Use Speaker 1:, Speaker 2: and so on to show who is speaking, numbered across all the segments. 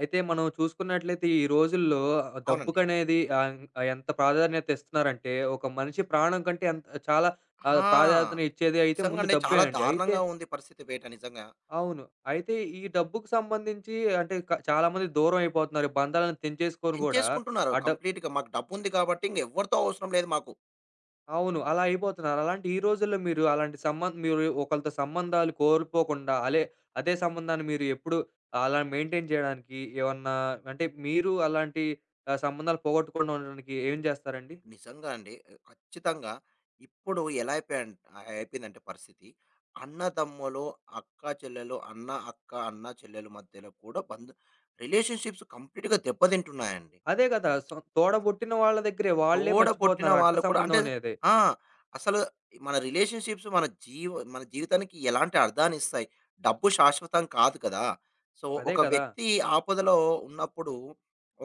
Speaker 1: అయితే మనం చూసుకున్నట్లయితే ఈ రోజుల్లో
Speaker 2: అవునండి.
Speaker 1: డబ్బుకనేది ఆహ్, ఆహ్, ఎంత ప్రాధాన్యత ఇస్తున్నారంటే, ఒక మనిషి ప్రాణం కంటే ఎంత చాలా
Speaker 2: ఆ!
Speaker 1: ప్రాధాన్యతను ఇచ్చేది అయితే ముందు
Speaker 2: నిజంగండి.
Speaker 1: డబ్బే
Speaker 2: చాలా
Speaker 1: అండి. అయితే
Speaker 2: దారుణంగా ఉంది పరిస్థితి బయట నిజంగా.
Speaker 1: అవును. అయితే ఈ డబ్బుకు సంబంధించి అంటే చాలామంది దూరం అయిపోతున్నారు. ఈ బంధాలను తెంచేసుకొని గూడా,
Speaker 2: ఎంచేసుకుంటున్నారు
Speaker 1: ఆ డ
Speaker 2: కంప్లీట్‌గా. మాకు డబ్బుంది కాబట్టి ఇంగెవ్వరితో అవసరం లేదు మాకు.
Speaker 1: అవును. అలా అయిపోతున్నారు. అలాంటి ఈ రోజుల్లో మీరు అలాంటి సంబంధ్ మీరు ఒకళ్ళతో సంబంధాలు కోల్పోకుండా అదే సంబంధాన్ని మీరు ఎప్పుడు అలా మెయింటైన్ చేయడానికి ఏమన్నా అంటే మీరు అలాంటి సంబంధాలు పోగొట్టకుండా ఉండడానికి ఏం చేస్తారండి?
Speaker 2: నిజంగా అండి. ఖచ్చితంగా ఇప్పుడు ఎలా అయిపోయిందంటే పరిస్థితి, అన్నదమ్ములు, అక్క చెల్లెలు, అన్న అక్క, అన్న చెల్లెలు మధ్యలో కూడా రిలేషన్‌షిప్స్ కంప్లీట్‌గా దెబ్బతింటున్నాయండి.
Speaker 1: అదే కదా! తోడబుట్టిన వాళ్ళ దగ్గరే వాళ్ళే
Speaker 2: తోడబుట్టిన
Speaker 1: మర్చిపోతున్నారు రక్త
Speaker 2: వాళ్ళు కూడా అంటే
Speaker 1: సంబంధం అనేది.
Speaker 2: ఆ! అసలు మన రిలేషన్‌షిప్స్ మన జీవితానికి ఎలాంటి అర్థాన్నిస్తాయి. డబ్బు శాశ్వతం కాదు కదా! సో,
Speaker 1: అదే
Speaker 2: ఒక
Speaker 1: కదా!
Speaker 2: వ్యక్తి ఆపదలో ఉన్నప్పుడు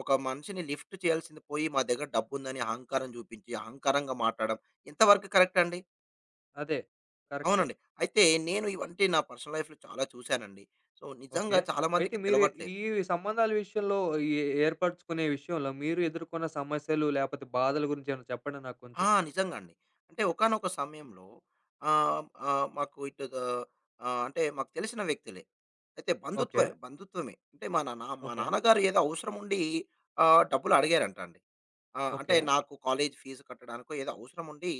Speaker 2: ఒక మనిషిని లిఫ్ట్ చేయాల్సింది పోయి మా దగ్గర డబ్బుందని అహంకారం చూపించి, అహంకారంగా మాట్లాడడం ఎంతవరకు కరెక్ట్ అండి?
Speaker 1: అదే. కరెక్టే.
Speaker 2: అవునండి. అయితే నేను ఇవంటే నా పర్సనల్ లైఫ్‌లో చాలా చూసానండి. So,
Speaker 1: okay.
Speaker 2: నిజంగా చాలా
Speaker 1: అయితే
Speaker 2: మందికి
Speaker 1: మీరు
Speaker 2: తెలవట్లేదు.
Speaker 1: ఈ సంబంధాల విషయంలో ఏ ఏర్పరచుకునే విషయంలో మీరు ఎదుర్కొన్న సమస్యలు లేపోతే బాధల గురించి ఏమైనా చెప్పండి నాకు
Speaker 2: ఆ!
Speaker 1: కొంచెం?
Speaker 2: నిజంగా అండి. అంటే ఒకానొక సమయంలో ఆహ్, ఆహ్, మాకు ఇటు ద ఆహ్, అంటే మాకు తెలిసిన వ్యక్తులే. అయితే బంధుత్వ
Speaker 1: ఓకే.
Speaker 2: బంధుత్వమే. అంటే మా నా మా
Speaker 1: ఓకే.
Speaker 2: నాన్నగారు ఏదో అవసరం ఉండి డబ్బులు అడిగారంట అండి. ఆ! అంటే
Speaker 1: ఓకే.
Speaker 2: నాకు కాలేజ్ ఫీజు కట్టడానికో ఏదో అవసరం ఉండి,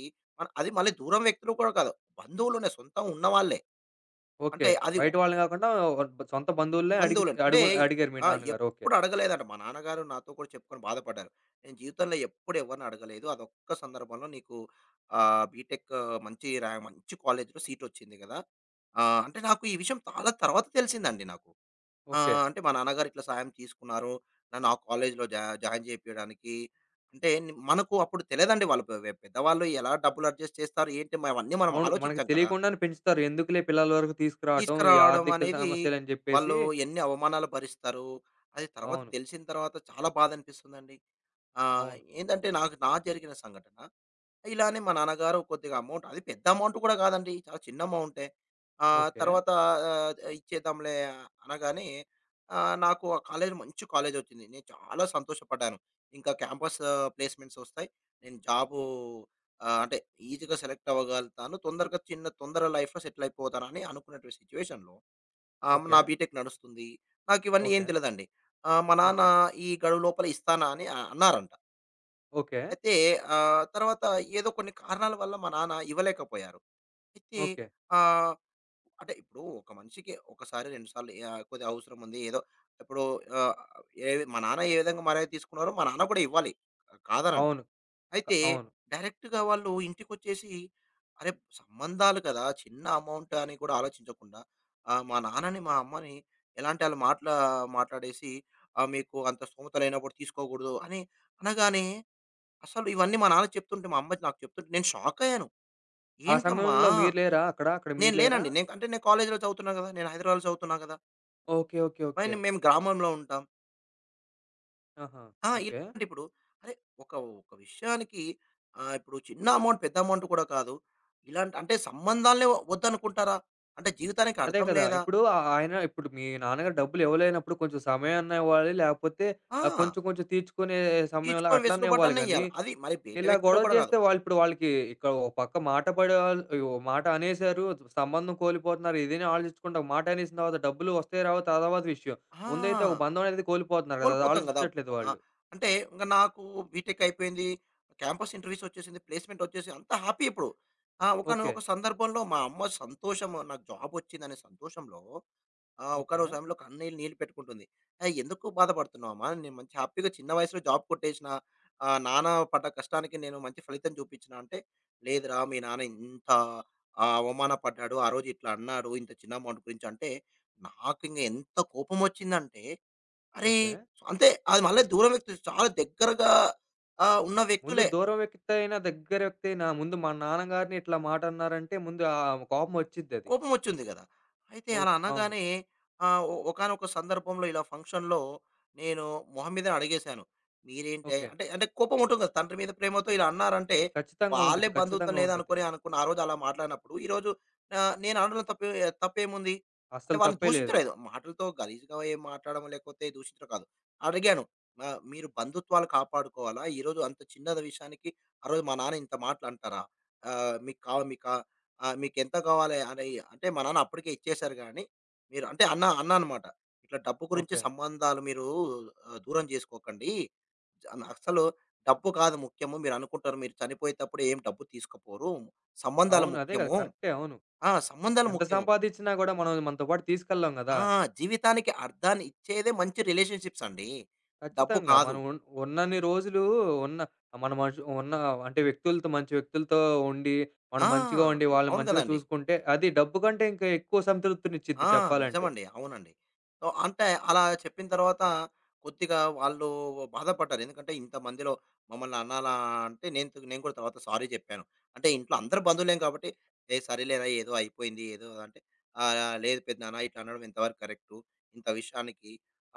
Speaker 2: అది మళ్ళీ దూరం వ్యక్తులు కూడా కాదు. బంధువులోనే సొంతం ఉన్నవాళ్ళే.
Speaker 1: ఓకే.
Speaker 2: అంటే అది
Speaker 1: బయట వాళ్ళని గాకుండా ఓహ్! సొంత బంధువులనే అడిగి
Speaker 2: బంధువులను. అంటే
Speaker 1: అడుగు అడిగారు మీ
Speaker 2: ఆ!
Speaker 1: నాన్నగారు. ఓకే.
Speaker 2: ఎప్పుడు అడగలేదంట. మా నాన్నగారు నాతో కూడా చెప్పుకొని బాధపడ్డారు. "నేను జీవితంలో ఎప్పుడు ఎవరిని అడగలేదు. అదొక్క సందర్భంలో నీకు బీటెక్ మంచి కాలేజ్‌లో సీటొచ్చింది గదా!" అంటే నాకు ఈ విషయం చాలా తర్వాత తెలిసిందండి.
Speaker 1: ఓకే.
Speaker 2: అంటే మా నాన్నగారు ఇట్లా సాయం తీసుకున్నారు. నన్ను ఆ కాలేజ్‌లో జాయిన్ జేపియడానికి. అంటే ని మనకు అప్పుడు తెలియదండి వాళ్ళు పెద్దవాళ్ళు ఎలా డబ్బులు అడ్జస్ట్ చేస్తారు ఏంటి? అవన్నీ మనం
Speaker 1: అవును. మనకి
Speaker 2: ఆలోచించం కదా!
Speaker 1: తెలియకుండానే పెంచుతారు. ఎందుకులే పిల్లల వరకు తీసుకురావటం, ఈ
Speaker 2: తీసుకురావడం
Speaker 1: ఆర్థిక
Speaker 2: అనేది
Speaker 1: సమస్యలని జెప్పేసి.
Speaker 2: వాళ్ళు ఎన్ని అవమానాలు భరిస్తారు. అది తర్వాత
Speaker 1: అవును.
Speaker 2: తెలిసిన తర్వాత చాలా బాధనిపిస్తుందండి. ఆహ్,
Speaker 1: అవును.
Speaker 2: ఏందంటే నాకు నా జరిగిన సంఘటన. ఇలానే మా నాన్నగారు కొద్దిగా అమౌంట్ అది పెద్ద అమౌంట్ కూడా కాదండి. చాలా చిన్న అమౌంటే.
Speaker 1: ఓకే.
Speaker 2: తర్వాత ఆహ్, ఇచ్చేద్దాంలే అనగానే నాకు ఆ కాలేజ్ మంచి కాలేజొచ్చింది. నేను చాలా సంతోషపడ్డాను. ఇంకా క్యాంపస్ ప్లేస్‌మెంట్స్ ఒస్తాయి. నేను జాబు అంటే ఈజీగా సెలెక్ట్ అవ్వగలుగుతాను. తొందరగా చిన్న తొందర లైఫ్‌లో సెటిల్ అయిపోతానని అనుకున్నటువంటి సిట్యుయేషన్‌లో
Speaker 1: ఓకే.
Speaker 2: నా బీటెక్ నడుస్తుంది. నాకివన్నీ ఏం
Speaker 1: ఓకే.
Speaker 2: తెలదండి. మా నాన్న
Speaker 1: ఓకే.
Speaker 2: ఈ గడువు లోపల ఇస్తానా అని అన్నారంట.
Speaker 1: ఓకే.
Speaker 2: అయితే తర్వాత ఏదో కొన్ని కారణాల వల్ల మా నాన్న ఇవ్వలేకపోయారు. అయితే
Speaker 1: ఓకే.
Speaker 2: ఆహ్, అంటే ఇప్పుడు ఒక మనిషికి ఒకసారి, 2 సార్లు కొద్దిగా అవసరం ఉంది. ఏదో ఇప్పుడు ఆహ్, ఏ మా నాన్న ఏ విధంగా మర్యాద తీసుకున్నారో మా నాన్న కూడా ఇవ్వాలి. కాదనను.
Speaker 1: అవును.
Speaker 2: అయితే
Speaker 1: అవును.
Speaker 2: డైరెక్ట్‌గా వాళ్ళు ఇంటికొచ్చేసి, అరే! సంబంధాలు కదా! చిన్న అమౌంట్ అని కూడా ఆలోచించకుండా, మా నాన్నని, మా అమ్మని ఎలాంటి ఆళ్ళు మాటలా మాట్లాడేసి, మీకు అంత స్థోమత లేనప్పుడు తీసుకోకూడదు అని అనగానే, అసలు ఇవన్నీ మా నాన్న చెప్తుంటే, మా అమ్మ నాకు చెప్తుంటే నేను షాకయ్యాను.
Speaker 1: ఆ
Speaker 2: ఏంటమ్మా!
Speaker 1: సమయంలో మీరు లేరా అక్కడ? అక్కడ
Speaker 2: నేను
Speaker 1: మీరు లేరా?
Speaker 2: లేనండి. నేను కాలేజ్‌లో చదువుతున్నా కదా! నేను హైదరాబాద్‌లో చదువుతున్నా కదా!
Speaker 1: ఓకే. ఓకే. ఓకే.
Speaker 2: మరి మేము గ్రామంలో ఉంటాం.
Speaker 1: ఆహా!
Speaker 2: ఆ!
Speaker 1: ఓకే.
Speaker 2: ఇలాంటి ఇప్పుడు అరే! ఒక ఒక విషయానికి ఇప్పుడు చిన్న అమౌంట్, పెద్ద అమౌంట్ కూడా కాదు. ఇలాంటి అంటే సంబంధాలనే వద్దనుకుంటారా? అంటే జీవితానికి
Speaker 1: అదే
Speaker 2: అర్థం
Speaker 1: కదా!
Speaker 2: లేదా?
Speaker 1: ఇప్పుడు ఆ ఆయన ఇప్పుడు మీ నాన్నగారు డబ్బులు ఇవ్వలేనప్పుడు కొంచెం సమయాన్న ఇవ్వాలి. లేకపోతే
Speaker 2: ఆ!
Speaker 1: కొంచెం కొంచెం తీర్చుకునే సమయంలో
Speaker 2: తీర్చుకొని
Speaker 1: అట్లన్నా
Speaker 2: వెసులుబాటు
Speaker 1: ఇవ్వాలి
Speaker 2: అన్న
Speaker 1: గానీ,
Speaker 2: ఇయ్యాల. అది మరి బయట
Speaker 1: ఇలా
Speaker 2: వ్యక్తిలో
Speaker 1: గొడవ
Speaker 2: కూడా కాదు.
Speaker 1: చేస్తే వాళ్ళు ఇప్పుడు వాళ్ళకి ఇక్కడ ఒక పక్క మాట పడేవాళ్ళు ఈ ఓ మాట అనేసారు. సంబంధం కోల్పోతున్నారు. ఇదని ఆలోచించకుండా ఒక మాట అనేసిన తర్వాత డబ్బులు వస్తాయో రావో తర్వాత విషయం. ముందైతే ఒక
Speaker 2: ఆ!
Speaker 1: బంధం అనేది కోల్పోతున్నారు కదా! అది
Speaker 2: కోల్పోతాం గదా!
Speaker 1: ఆలోచించట్లేదు
Speaker 2: ఆ!
Speaker 1: వాళ్ళు.
Speaker 2: అంటే ఇంక నాకు బీటెక్ అయిపోయింది. క్యాంపస్ ఇంటర్వ్యూస్ వచ్చేసింది. ప్లేస్‌మెంట్ వచ్చేసి అంతా హ్యాపీ ఇప్పుడు. ఆ!
Speaker 1: ఓకే.
Speaker 2: ఒకానొక సందర్భంలో మా అమ్మ సంతోషము నాకు జాబ్ వచ్చిందనే సంతోషంలో ఆ!
Speaker 1: ఓకే.
Speaker 2: ఒకానొక సమయంలో నీళ్ళు పెట్టుకుంటుంది. "ఏయ్! ఎందుకు బాధపడుతున్నావమ్మా? నేను మంచి హ్యాపీగా చిన్న వయసులో జాబ్ కొట్టేసినా, నాన్న పడ్డ కష్టానికి నేను మంచి ఫలితం చూపించిన" అంటే, "లేదురా మీ నాన్న ఇంత అవమాన పడ్డాడు. ఆ రోజు ఇట్లా అన్నాడు. ఇంత చిన్న అమౌంట్ గురించి" అంటే, నాకింక ఎంత కోపమొచ్చిందంటే, అరే!
Speaker 1: ఓకే.
Speaker 2: అంతే అది మళ్ళీ దూరం వ్యక్తులు చాలా దగ్గరగా ఉన్న
Speaker 1: ముందు
Speaker 2: వ్యక్తులే.
Speaker 1: దూరం వ్యక్తి అయినా, దగ్గర వ్యక్తి అయినా ముందు మా నాన్నగారిని ఇట్లా మాట అన్నారంటే ముందు ఆ కోపం వచ్చిద్దది.
Speaker 2: కోపం వచ్చింది కదా! అయితే అలా
Speaker 1: ఓకే. అవును.
Speaker 2: అనగానే ఆహ్, ఒ ఒకానొక సందర్భంలో ఇలా ఫంక్షన్‌లో నేను మొహం మీదనే అడిగేశాను. మీరేంటే
Speaker 1: ఓకే.
Speaker 2: అంటే అంటే కోపం ఉంటుంది కదా! తండ్రి మీద ప్రేమతో ఇలా అన్నారంటే
Speaker 1: ఖచ్చితంగా
Speaker 2: వాళ్ళే
Speaker 1: ఉంటది.
Speaker 2: బంధుత్వం
Speaker 1: ఖచ్చితంగా ఉంటది.
Speaker 2: లేదనుకోని అనుకున్న ఆ రోజు అలా మాట్లాడినప్పుడు ఈరోజు నేను అనడంలో తప్పేముంది? అంటే
Speaker 1: అస్సలు
Speaker 2: వాళ్ళని
Speaker 1: తప్పే లేదు.
Speaker 2: దూషించలేదు. మాటలతో గలీజ్‌గా ఏం మాట్లాడడం లేకపోతే దూషించడం కాదు. అడిగాను. మీరు బంధుత్వాలు కాపాడుకోవాలా? ఈరోజు అంత చిన్నది విషయానికి ఆరోజు మా నాన్న ఇంత మాటలంటారా? ఆహ్, మీకు కావ మీకా ఆ! "మీకెంత కావాలి" అని అంటే మా నాన్న అప్పటికే ఇచ్చేసారు గానీ, మీరు అంటే అన్న అన్న అనమాట. "ఇట్లా డబ్బు గురించి
Speaker 1: ఓకే.
Speaker 2: సంబంధాలు మీరు దూరం చేసుకోకండి. జ అసలు డబ్బు కాదు ముఖ్యము. మీరనుకుంటారు మీరు చనిపోయేటప్పుడు ఏం డబ్బు తీసుకుపోరు. సంబంధాలు
Speaker 1: అవును. అదే గదా!
Speaker 2: ముఖ్యము.
Speaker 1: కరెక్టే. అవును.
Speaker 2: ఆ! సంబంధాలు
Speaker 1: ఎంత
Speaker 2: ముఖ్యము.
Speaker 1: సంపాదిచ్చినా గూడా మనం మనతో పాటు తీసుకెళ్ళం గదా!
Speaker 2: ఆ! జీవితానికి అర్థాన్ని ఇచ్చేదే మంచి రిలేషన్‌షిప్స్ అండి. డబ్బు
Speaker 1: ఖచ్చితంగా.
Speaker 2: కాదు."
Speaker 1: మనం ఉన్నన్ని రోజులు ఉన్న మన ఉన్న అంటే మంచి వ్యక్తులతో ఉండి, మనం
Speaker 2: ఆ!
Speaker 1: మంచిగా ఉండి వాళ్ళని
Speaker 2: అవును
Speaker 1: మంచిగా
Speaker 2: గదండీ!
Speaker 1: చూసుకుంటే అది డబ్బు కంటే ఇంకా ఎక్కువ
Speaker 2: ఆ!
Speaker 1: సంతృప్తినిచ్చిద్ది చెప్పాలంటే.
Speaker 2: నిజమండి. అవునండి. సో, అంటే అలా చెప్పిన తర్వాత కొద్దిగా వాళ్ళు బాధపడ్డారు. ఎందుకంటే ఇంతమందిలో మమ్మల్ని అనాలా అంటే నేను కూడా తర్వాత సారీ చెప్పాను. అంటే ఇంట్లో అందరు బంధువులేం కాబట్టి, "ఏ సరేలేరా ఏదో అయిపోయింది ఏదో" అంటే ఆహ్, "లేదు పెద్దనాన్న ఇట్లా అనడం ఎంతవరకు కరెక్టు. ఇంత విషయానికి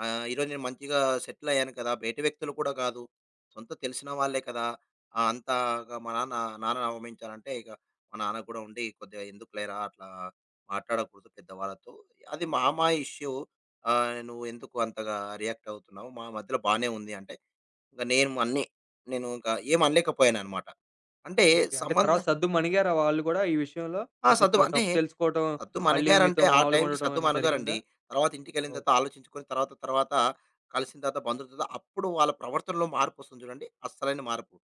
Speaker 2: ఈరోజు నేను మంచిగా సెటిల్ అయ్యాను కదా! బయటి వ్యక్తులు కూడా కాదు. సొంత తెలిసిన వాళ్ళే కదా! అంతగా మా నాన్న నాన్నని అవమానించానంటే ఇక మా నాన్న కూడా ఉండి కొద్దిగా ఎందుకులేరా అట్లా" మాట్లాడకూడదు పెద్దవాళ్ళతో. అది మా మా ఇష్యూ. "నువ్వు ఎందుకు అంతగా రియాక్ట్ అవుతున్నావు? మా మధ్యలో బానే ఉంది" అంటే, ఇంక నేను అన్నీ నేను ఇంక ఏమి అనలేకపోయాననమాట. అంటే
Speaker 1: ఓకే. అంటే
Speaker 2: సంబంధ
Speaker 1: తర్వాత సద్దు మణిగారా వాళ్ళు గూడా ఈ విషయంలో?
Speaker 2: ఆ!
Speaker 1: కొంచెం
Speaker 2: సద్దు అంటే
Speaker 1: తప్పు తెలుసుకోవటం,
Speaker 2: సద్దు
Speaker 1: మళ్ళీ మీతో
Speaker 2: మణిగారంటే ఆ
Speaker 1: మామూలుగా
Speaker 2: టైంకి
Speaker 1: ఉండటం
Speaker 2: సద్దు
Speaker 1: అని
Speaker 2: మణగరండి.
Speaker 1: జరిగిందా?
Speaker 2: తర్వాత ఇంటికెళ్ళిన తర్వాత ఆలోచించుకొని తర్వాత తర్వాత కలిసిన తర్వాత బంధువులతో అప్పుడు వాళ్ళ ప్రవర్తనలో మార్పొస్తుంది చూడండి. అస్సలైన మార్పు.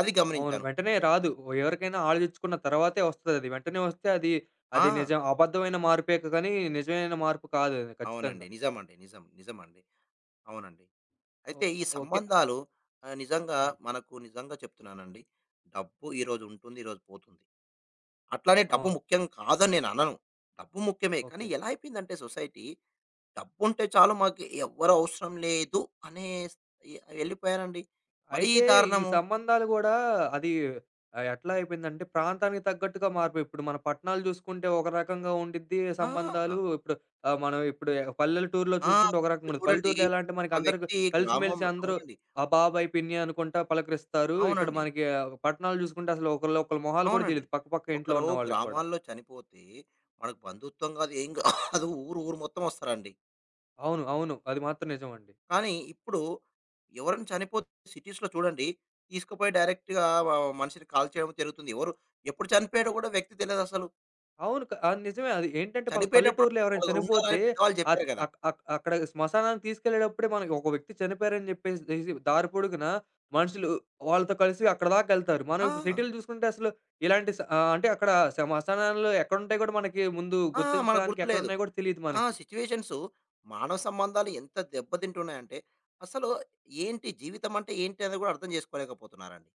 Speaker 2: అది
Speaker 1: అవును.
Speaker 2: గమనించాను.
Speaker 1: వెంటనే రాదు. ఎవరికైనా ఆలోచించుకున్న తర్వాతే వస్తదది. వెంటనే వస్తే అది, అది
Speaker 2: ఆ!
Speaker 1: అబద్ధమైన మార్పే కానీ నిజమైన మార్పు కాదది
Speaker 2: అవునండి.
Speaker 1: ఖచ్చితంగా.
Speaker 2: నిజమండి. నిజం. నిజమండి. అవునండి.
Speaker 1: ఓ
Speaker 2: అయితే ఈ
Speaker 1: ఓకే.
Speaker 2: సంబంధాలు నిజంగా
Speaker 1: హ్మ్.
Speaker 2: మనకు నిజంగా చెప్తున్నానండి. డబ్బు ఈరోజు ఉంటుంది, ఈరోజు పోతుంది. అట్లానే డబ్బు
Speaker 1: అవును.
Speaker 2: ముఖ్యం కాదని నేను అనను. డబ్బు ముఖ్యమే. కానీ
Speaker 1: ఓకే.
Speaker 2: ఎలా అయిపోయిందంటే సొసైటీ డబ్బుంటే చాలు మాకు ఎవ్వరు అవసరం లేదు అనే స్ ఎ వెళ్ళిపోయారండి. మరీ
Speaker 1: అయితే ఈ
Speaker 2: దారుణము.
Speaker 1: సంబంధాలు గూడా అది ఎట్లా అయిపోయిందంటే ప్రాంతానికి తగ్గట్టుగా మారిపోయి ఇప్పుడు మన పట్టణాలు చూసుకుంటే ఒక రకంగా ఉండిద్ది సంబంధాలు.
Speaker 2: ఆ!
Speaker 1: ఇప్పుడు మనం ఇప్పుడు పల్లెటూరులో
Speaker 2: ఆ!
Speaker 1: చూసుకుంటే ఒక
Speaker 2: ఇప్పుడు
Speaker 1: రకంగా ఉండదు.
Speaker 2: చూడండి
Speaker 1: పల్లెటూరులో ఎలా అంటే
Speaker 2: ఒక
Speaker 1: మనకి
Speaker 2: వ్యక్తి
Speaker 1: కలిసిమెలిసి
Speaker 2: గ్రామంలో
Speaker 1: అందరూ
Speaker 2: అవునండి.
Speaker 1: ఆ బాబాయ్, పిన్ని అనుకుంటా పలకరిస్తారు. ఇక్కడ
Speaker 2: అవునండి.
Speaker 1: మనకి పట్టణాలు చూసుకుంటే అసలు ఒకళ్ళు ఒకళ్ళ మొహాలు కూడా
Speaker 2: అవునండి.
Speaker 1: తెలీదు పక్క పక్క ఇంట్లో
Speaker 2: ఒకరు
Speaker 1: ఉన్న వాళ్ళకి కూడా.
Speaker 2: గ్రామాల్లో చనిపోతే మనకు బంధుత్వం గాదు, ఏం గాదు ఊరు ఊరు మొత్తం వస్తారండి.
Speaker 1: అవును. అవును. అది మాత్రం నిజమండి.
Speaker 2: కానీ ఇప్పుడు ఎవరైనా చనిపోతే సిటీస్‌లో చూడండి. తీసుకుపోయి డైరెక్ట్‌గా మనిషిని కాల్చేయడం జరుగుతుంది. ఎవరు ఎప్పుడు చనిపోయాడో కూడా వ్యక్తి తెలీదసలు.
Speaker 1: అవును. అది నిజమే. అది ఏంటంటే వాళ్ళ
Speaker 2: చనిపోయేటప్పుడు
Speaker 1: పల్లెటూరులో ఎవరైనా
Speaker 2: నలుగురు
Speaker 1: చనిపోతే
Speaker 2: ఉండాలని పెద్దవాళ్ళు
Speaker 1: అత్
Speaker 2: చెప్పారు కదా!
Speaker 1: అక్ అక్ అక్కడ శ్మశానానికి తీసుకెళ్ళేటప్పుడే మనకి ఒక వ్యక్తి చనిపోయారని చెప్పేసేసి దారి పొడుగున మనుషులు వాళ్ళతో కలిసి అక్కడ దాకెళ్తారు. మనం ఇప్పుడు
Speaker 2: ఆ!
Speaker 1: సిటీలు చూసుకుంటే అసలు ఇలాంటి అంటే అక్కడ శ్మశానాలు ఎక్కడుంటాయో గూడా మనకి ముందు
Speaker 2: ఆ! మనకు
Speaker 1: గుర్తించడానికి
Speaker 2: గుర్తులేదు.
Speaker 1: ఎక్కడున్నాయో గూడా తెలీదు
Speaker 2: ఆ
Speaker 1: మనకి.
Speaker 2: సిట్యుయేషన్స్ మానవ సంబంధాలు ఎంత దెబ్బతింటున్నాయంటే, అసలు ఏంటి జీవితం అంటే ఏంటి అనేది కూడా అర్థం చేసుకోలేకపోతున్నారండి.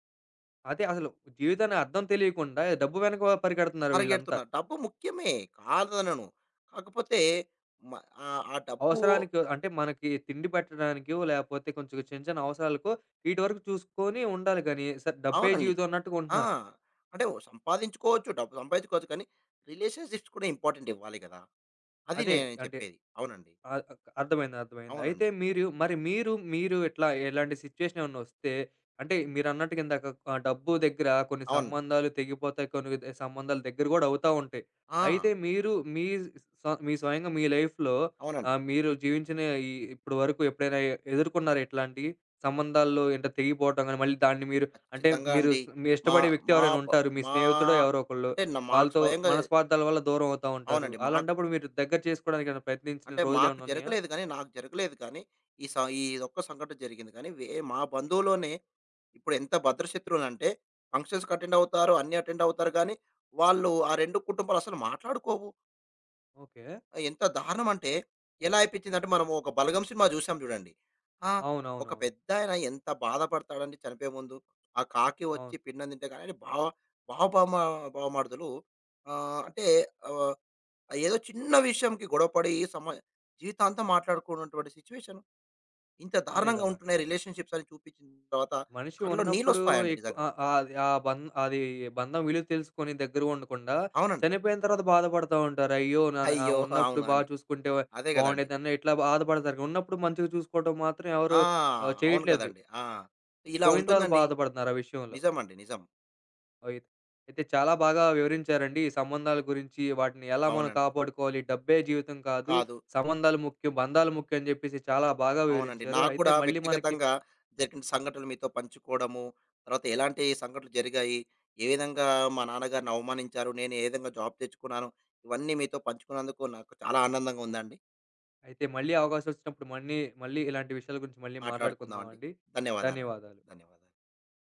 Speaker 1: అదే అసలు జీవితానికి అర్థం తెలియకుండా డబ్బు వెనక పరిగెడుతున్నారు వీళ్ళంతా.
Speaker 2: పరిగెడుతున్నారు. డబ్బు ముఖ్యమే కాదనను. కాకపోతే మ ఆ డబ్బు
Speaker 1: అవసరానికో అంటే మనకి తిండి పెట్టడానికో, లేపోతే కొంచెం చిన్న చిన్న అవసరాలకో, ఈటి వరకు చూసుకొని ఉండాలి గానీ, డబ్బే
Speaker 2: అవునండి.
Speaker 1: జీవితం అన్నట్టుగా
Speaker 2: ఆ!
Speaker 1: ఉంటున్నారు.
Speaker 2: అంటే ఓ సంపాదించుకోవచ్చు, డబ్బు సంపాదించుకోవచ్చు. కానీ రిలేషన్‌షిప్స్ కూడా ఇంపార్టెంట్ ఇవ్వాలి గదా! అది
Speaker 1: అదే
Speaker 2: నేను
Speaker 1: అంటే
Speaker 2: చెప్పేది. అవునండి.
Speaker 1: ఆ! అర్థమైంది. అయితే
Speaker 2: అవునండి.
Speaker 1: మీరు మరి మీరు, మీరు ఇట్లా ఎలాంటి సిట్యుయేషన్ ఏమన్నా వస్తే అంటే మీరన్నట్టుగా ఇందాక డబ్బు దగ్గర కొన్ని
Speaker 2: అవునండి.
Speaker 1: సంబంధాలు తెగిపోతాయి. కొన్ని సంబంధాలు దగ్గర గూడా అవుతా ఉంటాయి. అయితే
Speaker 2: ఆ!
Speaker 1: మీరు మీ మీ స్వయంగా మీ లైఫ్‌లో
Speaker 2: అవునండి.
Speaker 1: మీరు జీవించిన ఈ ఇప్పటి వరకు ఎప్పుడైనా ఎదుర్కొన్నారా ఇట్లాంటియి? సంబంధాల్లో ఏంటో తెగిపోవటం గాని, మళ్ళీ దాన్ని మీరు అంటే
Speaker 2: ఖచ్చితంగా
Speaker 1: మీరు
Speaker 2: అండి.
Speaker 1: మీ
Speaker 2: మా
Speaker 1: ఇష్టపడే వ్యక్తి
Speaker 2: మా
Speaker 1: ఎవరైనా
Speaker 2: బ
Speaker 1: ఉంటారు. మీ
Speaker 2: మా
Speaker 1: స్నేహితుడో ఎవరో ఒకళ్ళు.
Speaker 2: అంటే న మాకు
Speaker 1: వాళ్ళతో
Speaker 2: స్వయంగా
Speaker 1: మనస్పార్థాల వల్ల దూరం అవుతా ఉంటారు.
Speaker 2: అవునండి. మాకు
Speaker 1: అలాంటప్పుడు మీరు దగ్గర చేసుకోవడానికి ఏమైనా ప్రయత్నించిన
Speaker 2: అంటే మాకు
Speaker 1: రోజులేమన్నా ఉన్నాయా?
Speaker 2: జరగలేదు గానీ, నాకు జరగలేదు కానీ, ఈ స ఈ ఒక్క సంఘటన జరిగింది కానీ, మా బంధువులోనే ఇప్పుడు ఎంత భద్రశత్రువులంటే ఫంక్షన్స్‌కి అటెండ్ అవుతారు, అన్నీ అటెండ్ అవుతారు గానీ, వాళ్ళు ఆ 2 కుటుంబాలు అసలు మాట్లాడుకోవు.
Speaker 1: ఓకే.
Speaker 2: ఎంత దారుణం అంటే ఎలా అయిపించిందంటే మనం ఒక బలగం సినిమా చూసాం చూడండి. ఆ! ఒక
Speaker 1: అవునవునవును.
Speaker 2: పెద్దాయన ఎంత బాధపడతాడండి చనిపోయే ముందు. ఆ కాకి వచ్చి
Speaker 1: అవును.
Speaker 2: పిండం తింటే కానీ బావ బావ బామ బావమరుదులు ఆహ్, అంటే ఆహ్, ఏదో చిన్న విషయంకి గొడవపడి జీవితాంతం మాట్లాడుకున్నటువంటి సిట్యుయేషన్ ఇంత
Speaker 1: అదే
Speaker 2: దారుణంగా
Speaker 1: గదా!
Speaker 2: ఉంటున్నాయి రిలేషన్‌షిప్స్ అని చూపించిన తర్వాత
Speaker 1: మనిషి
Speaker 2: కళ్ళలో
Speaker 1: ఉన్నప్పుడు
Speaker 2: నీళ్ళొస్తాయండి
Speaker 1: ఎక్కువ
Speaker 2: నిజంగా.
Speaker 1: ఆహ్, ఆహ్, అది ఆ బంధ్ అది బంధం విలువ తెలుసుకొని దగ్గరగుండకుండా,
Speaker 2: అవునండి.
Speaker 1: చనిపోయిన తర్వాత బాధపడతా ఉంటారు. అయ్యో! నా
Speaker 2: అయ్యో!
Speaker 1: ఉన్నప్పుడు
Speaker 2: అవునా అని.
Speaker 1: చూసుకుంటే
Speaker 2: అదే గదండీ.
Speaker 1: బావుండేదని ఇట్లా బాధపడతారు. ఉన్నప్పుడు మంచిగా చూసుకోవడం మాత్రం ఎవరు
Speaker 2: ఆ! అవును
Speaker 1: చేయట్లేదు.
Speaker 2: గదండీ. ఆ! ఇలా
Speaker 1: పోయిన తర్వాత
Speaker 2: ఉంటుందండి.
Speaker 1: బాధపడుతున్నారు ఆ విషయంలో.
Speaker 2: నిజమండి. నిజం.
Speaker 1: అయి అయితే చాలా బాగా వివరించారండి. ఈ సంబంధాల గురించి, వాటిని ఎలా మనం
Speaker 2: అవునండి.
Speaker 1: కాపాడుకోవాలి. డబ్బే జీవితం కాదు.
Speaker 2: కాదు.
Speaker 1: సంబంధాలు ముఖ్యం, బంధాలు ముఖ్యం అని జెప్పేసి చాలా బాగా
Speaker 2: అవునండి.
Speaker 1: వివరించారు.
Speaker 2: నాకు కూడా వ్యక్తిగతంగా జరిగిన సంఘటనలు మీతో పంచుకోవడము, తర్వాత ఎలాంటి సంఘటనలు జరిగాయి, ఏ విధంగా మా నాన్నగారిని అవమానించారు, నేను ఏ విధంగా జాబ్ తెచ్చుకున్నాను, ఇవన్నీ మీతో పంచుకున్నందుకు నాకు చాలా ఆనందంగా ఉందండి.
Speaker 1: అయితే మళ్ళీ అవకాశం వచ్చినప్పుడు మళ్ళీ మళ్ళీ ఇలాంటి విషయాల గురించి మళ్ళీ
Speaker 2: మాట్లాడుకుందామండి.
Speaker 1: మాట్లాడుకుందామండి.
Speaker 2: ధన్యవాదాలండి.
Speaker 1: ధన్యవాదాలు.
Speaker 2: ధన్యవాదాలు.